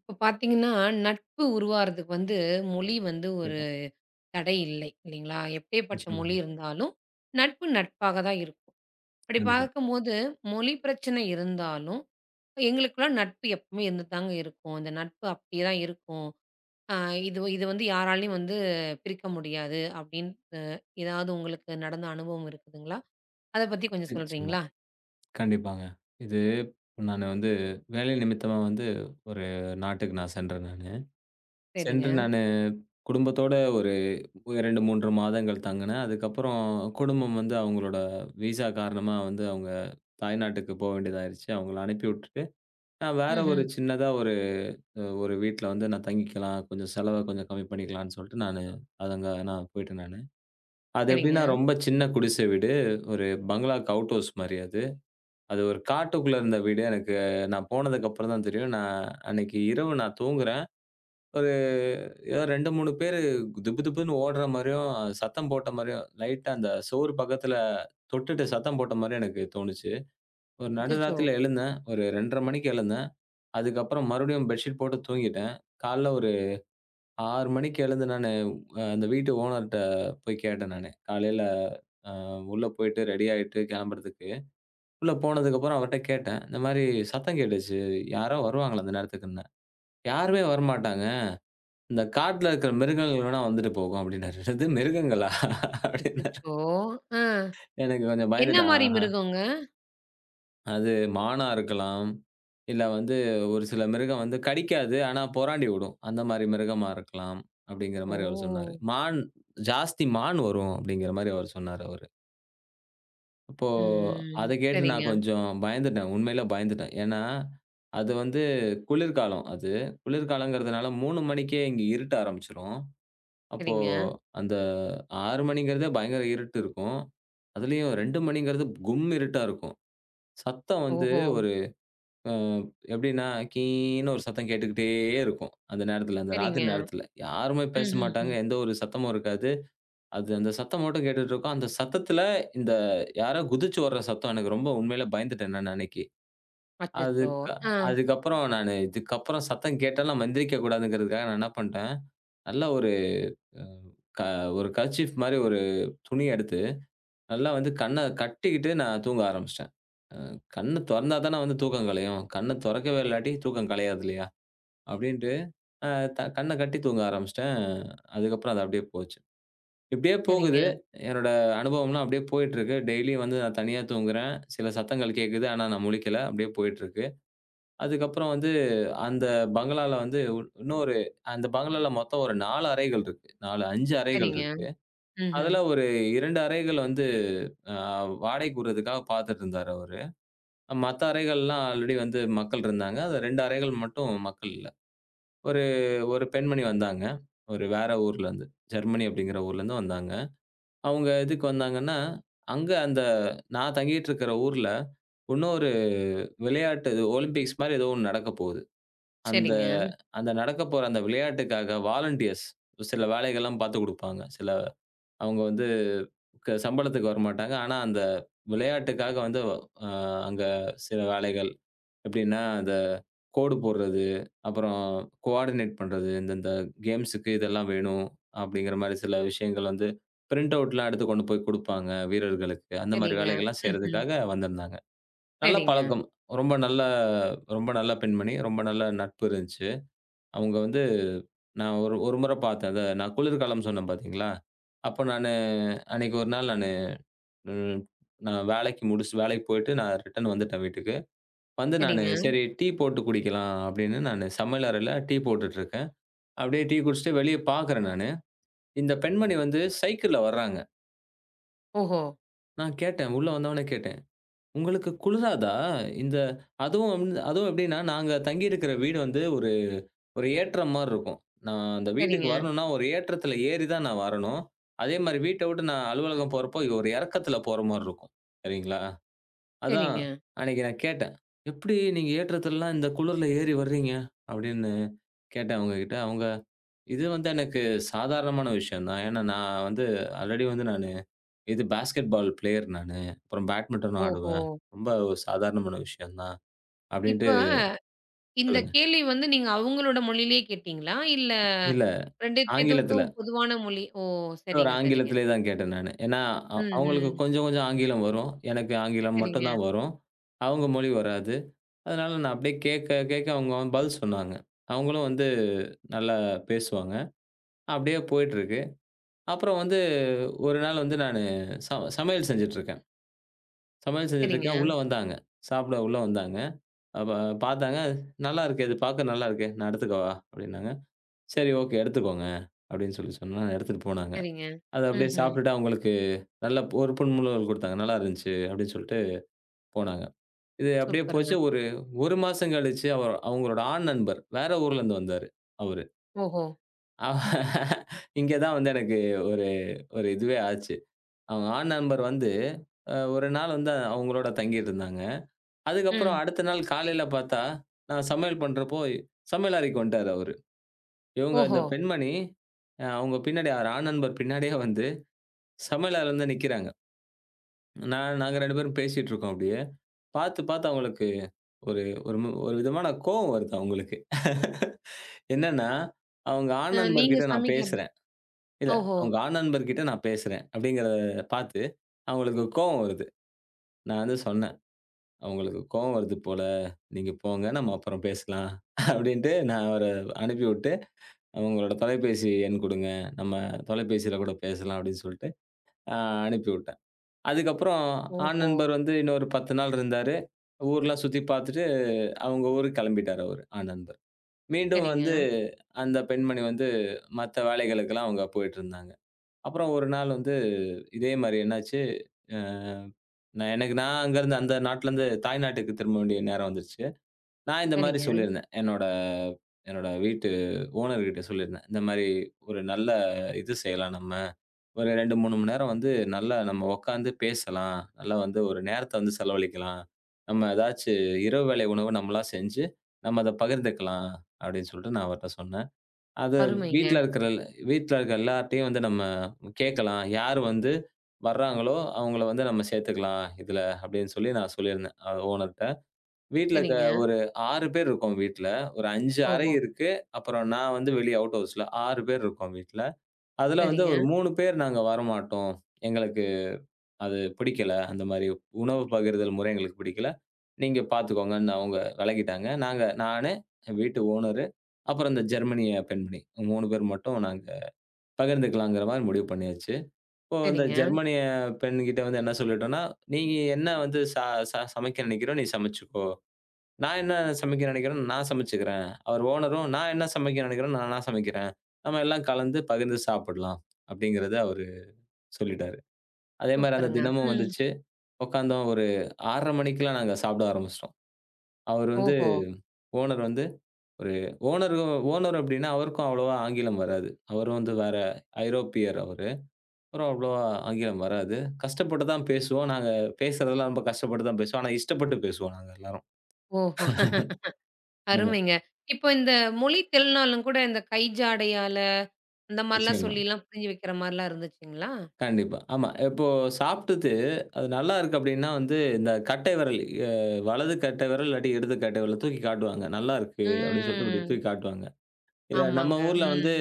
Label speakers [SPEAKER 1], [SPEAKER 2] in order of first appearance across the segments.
[SPEAKER 1] இப்ப பார்த்தீங்கன்னா, நட்பு உருவாறதுக்கு வந்து மொழி வந்து ஒரு
[SPEAKER 2] கண்டிப்பா.
[SPEAKER 1] தடை இல்லை. இல்லைங்களா? எப்பேற்பட்ட மொழி
[SPEAKER 2] நிச்சயமாங்க.
[SPEAKER 1] இருந்தாலும், நட்பு நட்பாக தான் இருக்கும். அப்படி
[SPEAKER 2] கண்டிப்பா.
[SPEAKER 1] பார்க்கும்போது, மொழி பிரச்சனை இருந்தாலும், எங்களுக்குள்ள நட்பு எப்பவுமே இருந்துதாங்க இருக்கும். இந்த நட்பு அப்படியே தான் இருக்கும். அ இது இது வந்து யாராலயும் வந்து பிரிக்க முடியாது அப்படின்னு ஏதாவது உங்களுக்கு நடந்த அனுபவம் இருக்குதுங்களா? அத பத்தி கொஞ்சம்
[SPEAKER 2] நிச்சயமா.
[SPEAKER 1] சொல்றீங்களா?
[SPEAKER 2] கண்டிப்பாங்க. இது நானு வேலை நிமித்தமா ஒரு நாட்டுக்கு நான் சென்றேன் நானு.
[SPEAKER 1] சரிங்க.
[SPEAKER 2] சென்று நானு குடும்பத்தோட ஒரு 2, 3 மாதங்கள் தங்குனேன். அதுக்கப்புறம் குடும்பம் அவங்களோட விசா காரணமா அவங்க தாய்நாட்டுக்கு போ வேண்டியதாயிருச்சு. அவங்கள அனுப்பி விட்டுட்டு, நான் வேற ஒரு
[SPEAKER 1] ம்ஹ்ம்.
[SPEAKER 2] சின்னதா ஒரு வீட்ல நான் தங்கிக்கலாம். கொஞ்சம் செலவ கொஞ்சம் கம்மி பண்ணிக்கலான்னு சொல்ட்டு நானு அதங்க நான் போய்ட்டேன் நானு. அது
[SPEAKER 1] சரிங்க.
[SPEAKER 2] எப்படின்னா ரொம்ப சின்ன குடிசை வீடு. ஒரு பங்களாக்கு அவுட் ஹவுஸ் மாரி அது. அது ஒரு காட்டுக்குள்ள இருந்த வீடு. எனக்கு நான் போனதுக்கப்புறம் தான் தெரியும். நான் அன்னைக்கு இரவு நான் தூங்குறேன். ஒரு ஏதோ 2, 3 பேரு திபு திபுன்னு ஓடுற மாரியும், சத்தம் போட்ட மாரியும், லைட்டா அந்த சுவர் பக்கத்துல தொட்டுட்டு சத்தம் போட்ட மாரியும் எனக்கு தோணுச்சு. ஒரு
[SPEAKER 1] அச்சச்சோ!
[SPEAKER 2] நடுராத்திரில எழுந்தேன். ஒரு 2:30 மணிக்கு எழுந்தேன். அதுக்கப்புறம் மறுபடியும் பெட்ஷீட் போட்டு தூங்கிட்டேன். காலைல ஒரு 6 மணிக்கு எழுந்து நானு அந்த வீட்டு ஓனர்ட்ட போய் கேட்டேன் நானு. காலையில அ உள்ள போயிட்டு ரெடி ஆயிட்டு கிளம்புறதுக்கு. உள்ள போனதுக்கப்புறம் அவர்ட்ட கேட்டேன். இந்த மாரி சத்தம் கேட்டுச்சு. யாரோ வருவாங்களா அந்த நேரத்துக்குன்னேன். யாருமே வரமாட்டாங்க. இந்த காட்டுல இருக்கிற மிருகங்கள் வேணா வந்துட்டு போகும் அப்டின்னாரு. என்னது மிருகங்களா? அப்டின்னேன்.
[SPEAKER 1] அச்சச்சோ! அ
[SPEAKER 2] எனக்கு கொஞ்சம்
[SPEAKER 1] என்ன
[SPEAKER 2] பயந்துட்டேன்.
[SPEAKER 1] மாரி
[SPEAKER 2] ஆஹா,
[SPEAKER 1] மிருகங்க?
[SPEAKER 2] அது மானா இருக்கலாம். இல்ல ஒரு சில மிருகம் கடிக்காது. ஆனா பொறாண்டி விடும். அந்த மாரி மிருகமா இருக்கலாம். அப்டிங்கிற மாரி அவரு சொன்னாரு.
[SPEAKER 1] ஓ!
[SPEAKER 2] மான் ஜாஸ்தி மான் வரும் அப்டிங்கிற மாரி அவரு சொன்னாரு அவரு. அப்போ
[SPEAKER 1] ம்.
[SPEAKER 2] அத கேட்டு
[SPEAKER 1] சரிங்க,
[SPEAKER 2] நான் கொஞ்சம் பயந்துட்டேன். உண்மையிலே பயந்துட்டேன். ஏன்னா, அது வந்து குளிர்காலம் அது. குளிர்காலங்கிறதுனால 3 மணிக்கே இங்க இருட்ட ஆரம்பிச்சுரும். அப்போ
[SPEAKER 1] சரிங்க.
[SPEAKER 2] அந்த 6 மணிங்கிறதே பயங்கர இருட்டு இருக்கும். அதுலயும் 2 மணிங்கிறது கும் இருட்டா இருக்கும். சத்தம் வந்து
[SPEAKER 1] ஓஹோ!
[SPEAKER 2] ஒரு அ எப்படின்னா, கீன்னு ஒரு சத்தம் கேட்டுக்கிட்டே இருக்கும். அந்த நேரத்துல, அந்த ராத்திரி
[SPEAKER 1] சரிங்க.
[SPEAKER 2] நேரத்துல. யாருமே பேச
[SPEAKER 1] ம்ஹ்ஹ்ம்.
[SPEAKER 2] மாட்டாங்க. எந்த ஒரு சத்தமும் இருக்காது. அது அந்த சத்தம் மட்டும் கேட்டுட்டு இருக்கும். அந்த சத்தத்துல இந்த யாரோ குதிச்சு வர்ற சத்தம் எனக்கு ரொம்ப உண்மையிலே பயந்துட்டேன் நான் அன்னைக்கு.
[SPEAKER 1] அச்சச்சோ!
[SPEAKER 2] அதுக்கு
[SPEAKER 1] ஆ.
[SPEAKER 2] அதுக்கப்புறம் நானு இதுக்கப்புறம் சத்தம் கேட்டாலும் மந்திரிக்க கூடாதுங்கிறதுக்காக நான் என்ன பண்ட்டேன், நல்லா ஒரு அஹ், க ஒரு கர்ச்சீஃப் மாரி ஒரு துணிய எடுத்து, நல்லா கண்ண கட்டிக்கிட்டு நான் தூங்க ஆரம்பிச்சுட்டேன். அ கண்ணு தொறந்தா தானே தூக்கம் கலையும். கண்ண தொறக்கவே இல்லாட்டி தூக்கம் கலையாது இல்லையா? அப்டின்ட்டு அ த கண்ண கட்டி தூங்க ஆரம்பிச்சுட்டேன். அதுக்கப்புறம் அது அப்டியே போச்சு. இப்படியே போகுது.
[SPEAKER 1] சரிங்க,
[SPEAKER 2] என்னோட அனுபவம்லாம் அப்படியே போயிட்டுருக்கு. டெய்லியும் நான் தனியா தூங்குறேன். சில சத்தங்கள் கேட்குது. ஆனா நான் முழிக்கல. அப்படியே போயிட்டுருக்கு. அதுக்கப்புறம் அந்த பங்களால வந்து உ- இன்னொரு அந்த பங்களால மொத்தம் ஒரு 4 அறைகள் இருக்கு. 4, 5 அறைகள்
[SPEAKER 1] சரிங்க.
[SPEAKER 2] இருக்கு.
[SPEAKER 1] ம்ஹ்ம்.
[SPEAKER 2] அதுல ஒரு 2 அறைகள் வந்து அ வாடகைக்கு விடுறதுக்காக பார்த்துட்டு இருந்தாரு அவரு. மத்த அறைகள்லாம் ஆல்ரெடி மக்கள் இருந்தாங்க. அதுல 2 அறைகள் மட்டும் மக்கள் இல்ல. ஒரு ஒரு பெண்மணி வந்தாங்க. ஒரு வேற ஊர்லருந்து. ஜெர்மனி அப்படிங்கிற ஊர்லருந்து வந்தாங்க. அவங்க எதுக்கு வந்தாங்கன்னா, அங்க அந்த நான் தங்கிட்டு இருக்கிற ஊர்ல, இன்னொரு விளையாட்டு இது ஒலிம்பிக்ஸ் மாரி ஏதோ ஒண்ணு நடக்கப் போகுது. அந்த
[SPEAKER 1] சரிங்க,
[SPEAKER 2] அந்த நடக்கப் போற அந்த விளையாட்டுக்காக வாலண்டியர்ஸ் சில வேலைகள்லாம் பார்த்துக் குடுப்பாங்க. சில அவங்க வந்து க சம்பளத்துக்கு வரமாட்டாங்க. ஆனா அந்த விளையாட்டுக்காக வந்து அ அங்க சில வேலைகள் எப்படின்னா, அந்த கோடு போடுறது, அப்புறம் கோஆர்டினேட் பண்றது. இந்தந்த கேம்ஸுக்கு இதெல்லாம் வேணும், அப்படிங்கிற மாரி சில விஷயங்கள் பிரிண்ட் அவுட்லாம் எடுத்து கொண்டு போய் குடுப்பாங்க வீரர்களுக்கு. அந்த மாரி
[SPEAKER 1] சரிங்க.
[SPEAKER 2] வேலைகள்லாம்
[SPEAKER 1] ம்ஹ்ம்.
[SPEAKER 2] செய்றதுக்காக வந்திருந்தாங்க. நல்ல
[SPEAKER 1] சரிங்க,
[SPEAKER 2] பழக்கம். ரொம்ப நல்ல ரொம்ப நல்ல பெண்மணி. ரொம்ப நல்ல நட்பு இருந்துச்சு. அவங்க நான் ஒரு ஒரு முறை பார்த்தேன். அத நான் குளிர்காலம் சொன்னேன் பார்த்தீங்களா? அப்ப நானு அன்னைக்கு ஒரு நாள் நானு ம் நான் வேலைக்கு முடிச்சுட்டு வேலைக்கு போயிட்டு நான் ரிட்டர்ன் வந்துட்டேன் வீட்டுக்கு. நானு
[SPEAKER 1] சரிங்க.
[SPEAKER 2] சரி டீ போட்டு குடிக்கலாம் அப்படின்னு நானு சமையல் அறையில டீ போட்டுட்டு இருக்கேன். அப்படியே டீ குடிச்சுட்டு வெளிய பார்க்குறேன் நானு. இந்த பெண்மணி சைக்கிள்ல வர்றாங்க.
[SPEAKER 1] ஓஹோ!
[SPEAKER 2] நான் கேட்டேன், உள்ள வந்தவொன்னே கேட்டேன், "உங்களுக்கு குளிராதா?" இந்த அதுவும் வந்து அதுவும் எப்படின்னா, நாங்க தங்கியிருக்கிற வீடு ஒரு ஒரு ஏற்றம் மாரி இருக்கும். நான் அந்த வீட்டுக்கு
[SPEAKER 1] சரிங்க,
[SPEAKER 2] வரணும்னா ஒரு ஏற்றத்துல ஏறி தான் நான் வரணும். அதே மாரி வீட்ட விட்டு நான் அலுவலகம் போறப்போ ஒரு இறக்கத்துல போற மாரி இருக்கும். சரிங்களா? அதான்
[SPEAKER 1] சரிங்க.
[SPEAKER 2] அன்னைக்கு நான் கேட்டேன், "எப்படி நீங்க ஏற்றத்துலலாம் இந்த குளிர்ல ஏறி வர்றீங்க?" அப்படின்னு கேட்டேன் அவங்ககிட்ட. அவங்க இது எனக்கு சாதாரணமான விஷயம் தான். ஏன்னா நான் ஆல்ரெடி நானு இது பாஸ்கெட் பால் பிளேயர் நானு. அப்புறம் பேட்மிட்டனும்
[SPEAKER 1] ஓஹோ!
[SPEAKER 2] ஆடுவேன். ரொம்ப ஒரு சாதாரணமான விஷயம் தான். அப்டின்ட்டு
[SPEAKER 1] இப்ப இந்த
[SPEAKER 2] சொல்லுங்க.
[SPEAKER 1] கேள்வி வந்து நீங்க அவங்களோட மொழியிலேயே கேட்டீங்களா? இல்ல
[SPEAKER 2] இல்ல
[SPEAKER 1] 2
[SPEAKER 2] ஆங்கிலத்தில.
[SPEAKER 1] பேத்துக்கும் பொதுவான மொழி. ஓ!
[SPEAKER 2] ஒரு
[SPEAKER 1] சரிங்க, சரிங்க.
[SPEAKER 2] ஆங்கிலத்திலே தான் கேட்டேன் நானு. ஏன்னா
[SPEAKER 1] ம்,
[SPEAKER 2] அவங்களுக்கு
[SPEAKER 1] ம்.
[SPEAKER 2] கொஞ்சம் கொஞ்சம் ஆங்கிலம் வரும். எனக்கு ஆங்கிலம்
[SPEAKER 1] சரிங்க,
[SPEAKER 2] மட்டும் தான் வரும். அவங்க மொழி வராது. அதனால நான் அப்டியே கேட்க கேட்க அவங்க பதில் சொன்னாங்க. அவங்களும் நல்லா பேசுவாங்க. அப்டியே போயிட்டுருக்கு. அப்புறம் ஒரு நாள் நானு ச சமையல்
[SPEAKER 1] சரிங்க,
[SPEAKER 2] செஞ்சுட்டுருக்கேன். உள்ள வந்தாங்க. சாப்பிட உள்ள வந்தாங்க. அப்ப பார்த்தாங்க. "நல்லா இருக்கே! இது பார்க்க நல்லா இருக்கே! நான் எடுத்துக்கவா?" அப்படின்னாங்க. "சரி, ஓகே. எடுத்துக்கோங்க." அப்படின்னு சொல்லி சொன்னா எடுத்துட்டு போனாங்க.
[SPEAKER 1] சரிங்க.
[SPEAKER 2] அத அப்படியே
[SPEAKER 1] ம்ஹ்ம்.
[SPEAKER 2] சாப்பிட்டுட்டு அவங்களுக்கு நல்ல ஒரு புன்முறுவல் குடுத்தாங்க. "நல்லா இருந்துச்சு." அப்படின்னு சொல்லிட்டு போனாங்க. இது அப்படியே
[SPEAKER 1] சூப்பருங்க.
[SPEAKER 2] போச்சு. ஒரு 1 மாசம் கழிச்சு அவங்களோட ஆண் நண்பர் வேற ஊர்லருந்து வந்தாரு அவரு.
[SPEAKER 1] ஓஹோ!
[SPEAKER 2] இங்க தான் எனக்கு ஒரு ஒரு இதுவே ஆச்சு. அவங்க ஆண் நண்பர் வந்து அ ஒரு நாள் அவங்களோட தங்கியிருந்தாங்க. அதுக்கப்புறம்
[SPEAKER 1] ம்.
[SPEAKER 2] அடுத்த நாள் காலையில பார்த்தா, நான் சமையல் பண்றப்போ சமையல் அறைக்கு வந்துட்டாரு அவரு. இவங்க இந்த
[SPEAKER 1] ஓஹோ!
[SPEAKER 2] பெண்மணி அவங்க பின்னாடி ஒரு ஆண் நண்பர் பின்னாடியே சமையல் அறையில நிக்கிறாங்க. நாங்க 2 பேரும் பேசிட்டு இருக்கோம் அப்படியே. பார்த்து, பார்த்து அவங்களுக்கு ஒரு ஒரு மு- ஒரு விதமான கோவம் வருது அவங்களுக்கு. என்னன்னா, அவங்க ஆண் நண்பர்
[SPEAKER 1] நீங்க
[SPEAKER 2] கிட்ட நான்
[SPEAKER 1] சமைக்கிறது
[SPEAKER 2] பேசுறேன். இல்ல
[SPEAKER 1] ஓஹோ!
[SPEAKER 2] அவங்க ஆண் நண்பர் கிட்ட நான் பேசுறேன் அப்படிங்கிறத பார்த்து அவங்களுக்கு கோவம் வருது. நான் சொன்னேன். "அவங்களுக்கு கோவம் வருது போல, நீங்க போங்க நம்ம அப்புறம் பேசலாம்" அப்படின்ட்டு நான் அவர அனுப்பிவிட்டு, "உங்களோட தொலைபேசி எண் குடுங்க. நம்ம தொலைபேசியில கூட பேசலாம்" அப்படின்னு சொல்லிட்டு அ அனுப்பிவிட்டேன். அதுக்கப்புறம் ஆண்
[SPEAKER 1] ஓஹோ!
[SPEAKER 2] நண்பர் இன்னொரு 10 நாள் இருந்தாரு. ஊர்லாம் சுத்தி பார்த்துட்டு அவங்க ஊருக்கு கிளம்பிட்டாரு அவரு, ஆண் நண்பர். மீண்டும்
[SPEAKER 1] சரிங்க,
[SPEAKER 2] அந்த பெண்மணி மத்த வேலைகளுக்கெல்லாம் அவங்க போயிட்டுருந்தாங்க. அப்புறம் ஒரு நாள் இதே மாரி என்னாச்சு, அ நான் அங்கருந்து அந்த நாட்டுலருந்து தாய்நாட்டுக்கு திரும்ப வேண்டிய நேரம் வந்துருச்சு. நான் இந்த மாரி
[SPEAKER 1] சரிங்க.
[SPEAKER 2] சொல்லியிருந்தேன். என்னோட என்னோட வீட்டு ஓனர் கிட்ட சொல்லியிருந்தேன். இந்த மாரி ஒரு நல்ல இது செய்யலாம் நம்ம. ஒரு 2, 3 மணி நேரம் நல்லா நம்ம உட்காந்து பேசலாம். நல்லா ஒரு நேரத்த செலவழிக்கலாம். நம்ம ஏதாச்சு இரவு வேளை உணவு நம்மளா செஞ்சு, நம்ம அத பகிர்ந்துக்கலாம் அப்படின்னு சொல்லிட்டு நான் அவர்ட்ட சொன்னேன். அத வீட்ல
[SPEAKER 1] அருமைங்க.
[SPEAKER 2] இருக்கிற வீட்ல இருக்கிற எல்லார்ட்டயும் நம்ம கேட்கலாம். யார் வர்றாங்களோ அவங்கள நம்ம சேர்த்துக்கலாம் இதுல அப்படின்னு சொல்லி நான் சொல்லியிருந்தேன், ஓனர்ட்ட. வீட்ல க
[SPEAKER 1] சரிங்க.
[SPEAKER 2] ஒரு 6 பேர் இருக்கோம் வீட்ல. ஒரு 5 அறை
[SPEAKER 1] ஓஹோ!
[SPEAKER 2] இருக்கு. அப்புறம் நான் வெளிய அவுட் ஹவுஸ்ல. 6 பேர் இருக்கோம் வீட்ல. அதுல
[SPEAKER 1] சரிங்க,
[SPEAKER 2] ஒரு 3 பேர் நாங்க வரமாட்டோம். எங்களுக்கு அது பிடிக்கல. அந்த மாரி உணவு பகிர்தல் முறை எங்களுக்கு பிடிக்கல. நீங்க பார்த்துக்கோங்கன்னு அவங்க விலகிட்டாங்க. நாங்க நானு, வீட்டு ஓனரு, அப்புறம் இந்த ஜெர்மனிய பெண்மணி. 3 பேர் மட்டும் நாங்க பகிர்ந்துக்கலாங்கிற மாரி முடிவு பண்ணியாச்சு. இப்போ அந்த
[SPEAKER 1] சரிங்க.
[SPEAKER 2] ஜெர்மனிய பெண்கிட்ட என்ன சொல்லிட்டோம்னா, "நீங்க என்ன வந்து ச ச சமைக்க நினைக்கிறோ, நீ சமைச்சுக்கோ." நான் என்ன சமைக்க நினைக்கிறேன், நான் சமைச்சுக்கிறேன். அவர் ஓனரும் நான் என்ன சமைக்க நினைக்கிறேன், நான் நான் சமைக்கிறேன். நம்ம எல்லாம் கலந்து பகிர்ந்து சாப்பிடலாம் அப்படிங்கிறத அவரு சொல்லிட்டாரு. அதே மாரி அந்த
[SPEAKER 1] சூப்பருங்க.
[SPEAKER 2] தினமும்
[SPEAKER 1] ம்.
[SPEAKER 2] வந்துச்சு. உட்கார்ந்தோம் ஒரு 6:30 மணிக்கெல்லாம் நாங்க சாப்பிட ஆரம்பிச்சிட்டோம். அவர் வந்து
[SPEAKER 1] ஓஹோ!
[SPEAKER 2] ஓனர் வந்து ஒரு ஓனர் ஓனர் அப்படின்னா அவருக்கும் அவ்வளவா ஆங்கிலம் வராது. அவரும் வேற ஐரோப்பியர் அவரு. அவரும் அவ்வளவா ஆங்கிலம் வராது. கஷ்டப்பட்டு தான் பேசுவோம். நாங்க பேசுறதெல்லாம் ரொம்ப கஷ்டப்பட்டு தான் பேசுவோம். ஆனா இஷ்டப்பட்டு பேசுவோம் நாங்க எல்லாரும்.
[SPEAKER 1] ஓஹோ!
[SPEAKER 2] ஆமா.
[SPEAKER 1] அருமைங்க. இப்போ இந்த மொழி தெரியலனாலும் கூட இந்த கை ஜாடையால, அந்த மாரிலாம்
[SPEAKER 2] நிச்சயமா.
[SPEAKER 1] சொல்லிலாம் புரிய வைக்கிற மாரிலாம் இருந்துச்சுங்களா?
[SPEAKER 2] கண்டிப்பா. ஆமா. இப்போ சாப்பிட்டுட்டு அது நல்லா இருக்கு அப்டின்னா, இந்த கட்டை விரல் அ வலது கட்டை விரல் இல்லாட்டி இடது கட்டை விரல தூக்கி காட்டுவாங்க. "நல்லா இருக்கு" அப்டின்னு சொல்லிட்டு இப்டி
[SPEAKER 1] ம்.
[SPEAKER 2] தூக்கி காட்டுவாங்க. இத நம்ம
[SPEAKER 1] ஆமாங்க.
[SPEAKER 2] ஊர்ல
[SPEAKER 1] ம்.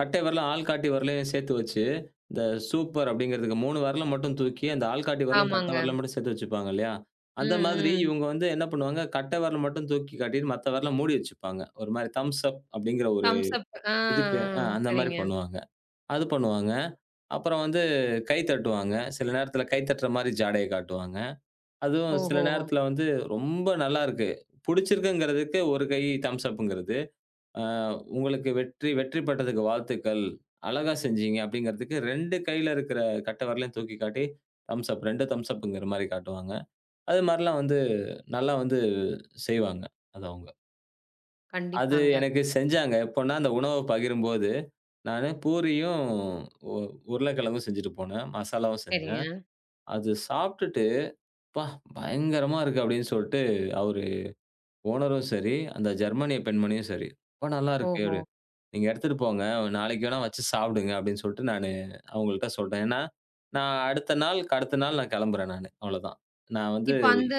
[SPEAKER 2] கட்டை விரலும், ஆள்காட்டி விரலையும் சேர்த்து வச்சு, இந்த சூப்பர் அப்டிங்கிறதுக்கு 3 விரல மட்டும் தூக்கி, அந்த ஆள்காட்டி விரலையும், கட்டை
[SPEAKER 1] ஆமாங்க.
[SPEAKER 2] விரலையும் மட்டும் சேர்த்து வச்சுப்பாங்க இல்லையா?
[SPEAKER 1] ம்,
[SPEAKER 2] அந்த மாதிரி
[SPEAKER 1] ம்.
[SPEAKER 2] இவங்க என்ன பண்ணுவாங்க, கட்டை விரல மட்டும் தூக்கி காட்டிட்டு மத்த விரல மூடி வச்சுப்பாங்க. ஒரு மாரி தம்ப்ஸ் அப் அப்டிங்கிற ஒரு
[SPEAKER 1] தம்ஸ் அப். ஆ, ஆ.
[SPEAKER 2] இதுக்கு அ அந்த மாரி
[SPEAKER 1] சரிங்க.
[SPEAKER 2] பண்ணுவாங்க. அது பண்ணுவாங்க. அப்புறம் கை தட்டுவாங்க. சில நேரத்தில கை தட்டுற மாரி ஜாடைய காட்டுவாங்க. அதுவும் சில
[SPEAKER 1] ஓஹோஹோ!
[SPEAKER 2] நேரத்தில ரொம்ப நல்லாருக்கு. புடிச்சிருக்குங்கிறதுக்கு ஒரு கை தம்ஸ் அப்ங்கிறது. அ உங்களுக்கு வெற்றி வெற்றி பெற்றதுக்கு வாழ்த்துக்கள். அழகா செஞ்சீங்க அப்டிங்கிறதுக்கு 2 கையில இருக்கிற கட்ட விரலையும் தூக்கி காட்டி தம்ஸ் அப் 2 தம்ஸ் அப்ங்கிற மாரி காட்டுவாங்க. அது மாரிலாம் நல்லா செய்வாங்க. அது அவங்க. அது
[SPEAKER 1] கண்டிப்பாங்க.
[SPEAKER 2] எனக்கு செஞ்சாங்க. எப்போன்னா அந்த உணவ பகிரும்போது நானு பூரியும், உ உருளைக்கிழங்கும் செஞ்சுட்டு போனேன். மசாலாவும் செஞ்சேன்.
[SPEAKER 1] சரிங்க.
[SPEAKER 2] அது சாப்பிட்டுட்டு, "அப்பா! பயங்கரமா இருக்கு" அப்படின்னு சொல்ட்டு அவரு ஓனரும் சரி, அந்த ஜெர்மானிய பெண்மணியும் சரி, "ரொம்ப நல்லா இருக்கு"
[SPEAKER 1] ஓஹோ!
[SPEAKER 2] அப்படின்னு. "நீங்க எடுத்துட்டு போங்க. நாளைக்கு வேணா வச்சு சாப்பிடுங்க" அப்படின்னு சொல்ட்டு நானு அவங்கள்ட்ட சொல்ட்டேன். ஏன்னா, நான் அடுத்த நாளுக்கு அடுத்த நாள் நான் கிளம்புறேன் நானு. அவ்வளோதான். நான்
[SPEAKER 1] இப்ப அந்த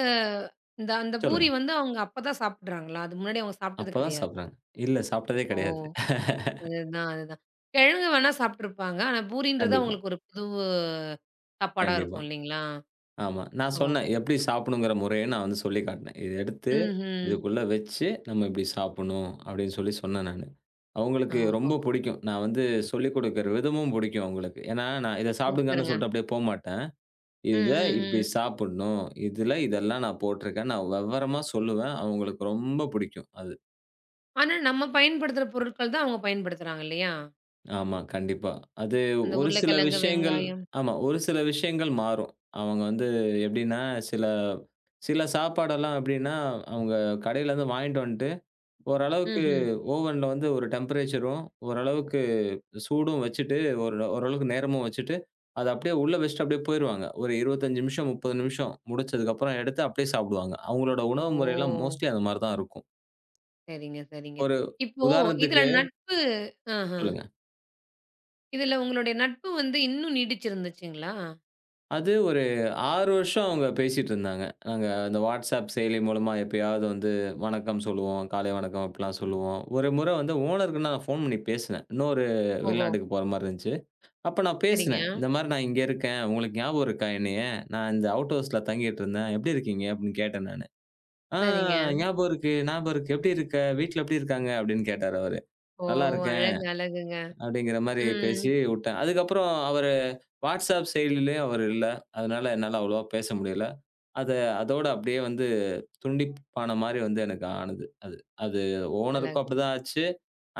[SPEAKER 1] இந்த அந்த பூரி
[SPEAKER 2] சொல்லுங்க.
[SPEAKER 1] வந்து அவங்க அப்பதான் சாப்பிடுறாங்களா? அது முன்னாடி அவங்க சாப்பிட்டது
[SPEAKER 2] அப்பதான்
[SPEAKER 1] கிடையாது.
[SPEAKER 2] சாப்பிடுறாங்க. இல்ல சாப்பிட்டதே
[SPEAKER 1] ஓ!
[SPEAKER 2] கிடையாது.
[SPEAKER 1] அதுதான், அதுதான். கிழங்கு வேணா சாப்ட்டுருப்பாங்க. ஆனா பூரின்றது
[SPEAKER 2] கண்டிப்பா,
[SPEAKER 1] அவங்களுக்கு ஒரு புது சாப்பாடா
[SPEAKER 2] கண்டிப்பா.
[SPEAKER 1] இருக்கும் இல்லைங்களா?
[SPEAKER 2] ஆமா. நான்
[SPEAKER 1] ஓ!
[SPEAKER 2] சொன்னேன். எப்படி சாப்பிடணுங்கிற முறைய நான் சொல்லி காட்டினேன். "இத எடுத்து
[SPEAKER 1] ம்ஹ்ம்.
[SPEAKER 2] இதுக்குள்ள வச்சு நம்ம இப்படி சாப்பிடணும் அப்படின்னு சொல்லி சொன்னேன் நானு. அவங்களுக்கு ரொம்ப
[SPEAKER 1] ஓஹோஹோ!
[SPEAKER 2] பிடிக்கும். நான் சொல்லிக் குடுக்கிற விதமும் பிடிக்கும் அவங்களுக்கு. ஏன்னா, நான் இத சாப்பிடுங்கன்னு
[SPEAKER 1] சூப்பருங்க.
[SPEAKER 2] சொல்லிட்டு அப்படியே போமாட்டேன்.
[SPEAKER 1] ம்,
[SPEAKER 2] இத இப்படி
[SPEAKER 1] ம், ம்.
[SPEAKER 2] சாப்பிடணும். இதுல இதெல்லாம் நான் போட்டிருக்கேன். நான் விவரமா சொல்லுவேன். அவங்களுக்கு ரொம்ப பிடிக்கும் அது.
[SPEAKER 1] ஆனா நம்ம பயன்படுத்துற பொருட்கள் தான் அவங்க பயன்படுத்துறாங்க இல்லையா?
[SPEAKER 2] ஆமா, கண்டிப்பா. அது
[SPEAKER 1] அந்த
[SPEAKER 2] ஒரு சில
[SPEAKER 1] உருளைக்கிழங்கு,
[SPEAKER 2] விஷயங்கள்
[SPEAKER 1] வெங்காயம்.
[SPEAKER 2] ஆமா, ஒரு சில விஷயங்கள் மாறும். அவங்க எப்படின்னா, சில சில சாப்பாடெல்லாம் எப்படின்னா, அவங்க கடையில இருந்து வாங்கிட்டு வந்துட்டு ஓரளவுக்கு
[SPEAKER 1] ம்ஹ்ம்.
[SPEAKER 2] ஓவன்ல ஒரு டெம்பரேச்சரும், ஓரளவுக்கு சூடும் வச்சுட்டு, ஒரு ஓரளவுக்கு நேரமும் வச்சுட்டு, அத அப்படியே உள்ள வச்சுட்டு அப்படியே போயிருவாங்க. ஒரு 25 நிமிஷம், 30 நிமிஷம் முடிச்சதுக்கப்புறம் எடுத்து அப்படியே சாப்பிடுவாங்க. அவங்களோட உணவு முறையெல்லாம்
[SPEAKER 1] ஓ!
[SPEAKER 2] மோஸ்ட்லி அந்த மாரி தான் இருக்கும்.
[SPEAKER 1] சரிங்க, சரிங்க.
[SPEAKER 2] ஒரு
[SPEAKER 1] இப்போ இதுல
[SPEAKER 2] உதாரணத்துக்கு
[SPEAKER 1] நட்பு ஆஹ.
[SPEAKER 2] சொல்லுங்க.
[SPEAKER 1] இதுல உங்களுடைய நட்பு வந்து இன்னும் நீடிச்சிருந்துச்சுங்களா?
[SPEAKER 2] அது ஒரு 6 வருஷம் அவங்க பேசிட்டு இருந்தாங்க. நாங்க அந்த WhatsApp செயலி மூலமா எப்பயாவது வணக்கம் சொல்லுவோம், காலை வணக்கம் அப்படிலாம் சொல்லுவோம். ஒரு முறை ஓனருக்கு நான் ஃபோன் பண்ணி பேசினேன். இன்னொரு
[SPEAKER 1] ஓஹோ!
[SPEAKER 2] வெளிநாட்டுக்கு போற மாரி இருந்துச்சு. அப்ப நான்
[SPEAKER 1] சரிங்க,
[SPEAKER 2] பேசினேன். இந்த மாரி நான் இங்க இருக்கேன். உங்களுக்கு ஞாபகம் இருக்கா என்னைய? நான் இந்த அவுட் ஹவுஸ்ல தங்கிட்டுருந்தேன். எப்படி இருக்கீங்க? அப்படின்னு கேட்டேன் நானு. ஆ
[SPEAKER 1] சரிங்க.
[SPEAKER 2] ஞாபகம் இருக்கு. எப்படி இருக்க? வீட்ல எப்படி இருக்காங்க? அப்படின்னு கேட்டாரு அவரு.
[SPEAKER 1] ஓ!
[SPEAKER 2] நல்லா இருக்கேன்
[SPEAKER 1] அழகு, அழகுங்க.
[SPEAKER 2] அப்படிங்கிற மாரி
[SPEAKER 1] ம்.
[SPEAKER 2] பேசி வுட்டேன். அதுக்கப்புறம் அவரு WhatsApp செயலிலயும் அவரு இல்ல. அதனால என்னால அவ்வளவா பேச முடியல. அத அதோட அப்படியே துண்டிப்பான மாரி எனக்கு ஆனது. அது அது ஓனருக்கும்
[SPEAKER 1] அழகு,
[SPEAKER 2] அப்படிதான் ஆச்சு.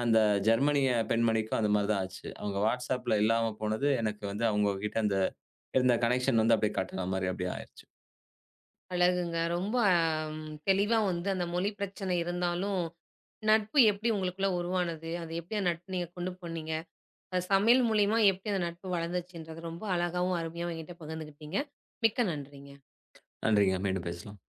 [SPEAKER 2] அந்த ஜெர்மனிய பெண்மணிக்கும் அது மாரி தான் ஆச்சு. அவங்க WhatsAppல இல்லாம போனது எனக்கு அவங்க கிட்ட இருந்த கனெக்ஷன் அப்படியே கட் ஆன மாரி அப்படியே ஆயிருச்சு.
[SPEAKER 1] அழகுங்க. ரொம்ப தெளிவா வந்து அந்த மொழி பிரச்சனை இருந்தாலும், நட்பு எப்படி உங்களுக்குள்ள உருவானது? அது எப்படி அந்த நட்பு நீங்க கொண்டு போனீங்க? அது சமையல் மூலியமா எப்படி அந்த நட்பு வளர்ந்துச்சுன்றது ரொம்ப அழகாவும், அருமையாவும் என்கிட்ட பகிர்ந்துக்கிட்டீங்க. மிக்க நன்றிங்க.
[SPEAKER 2] நன்றிங்க. மீண்டும் பேசலாம்.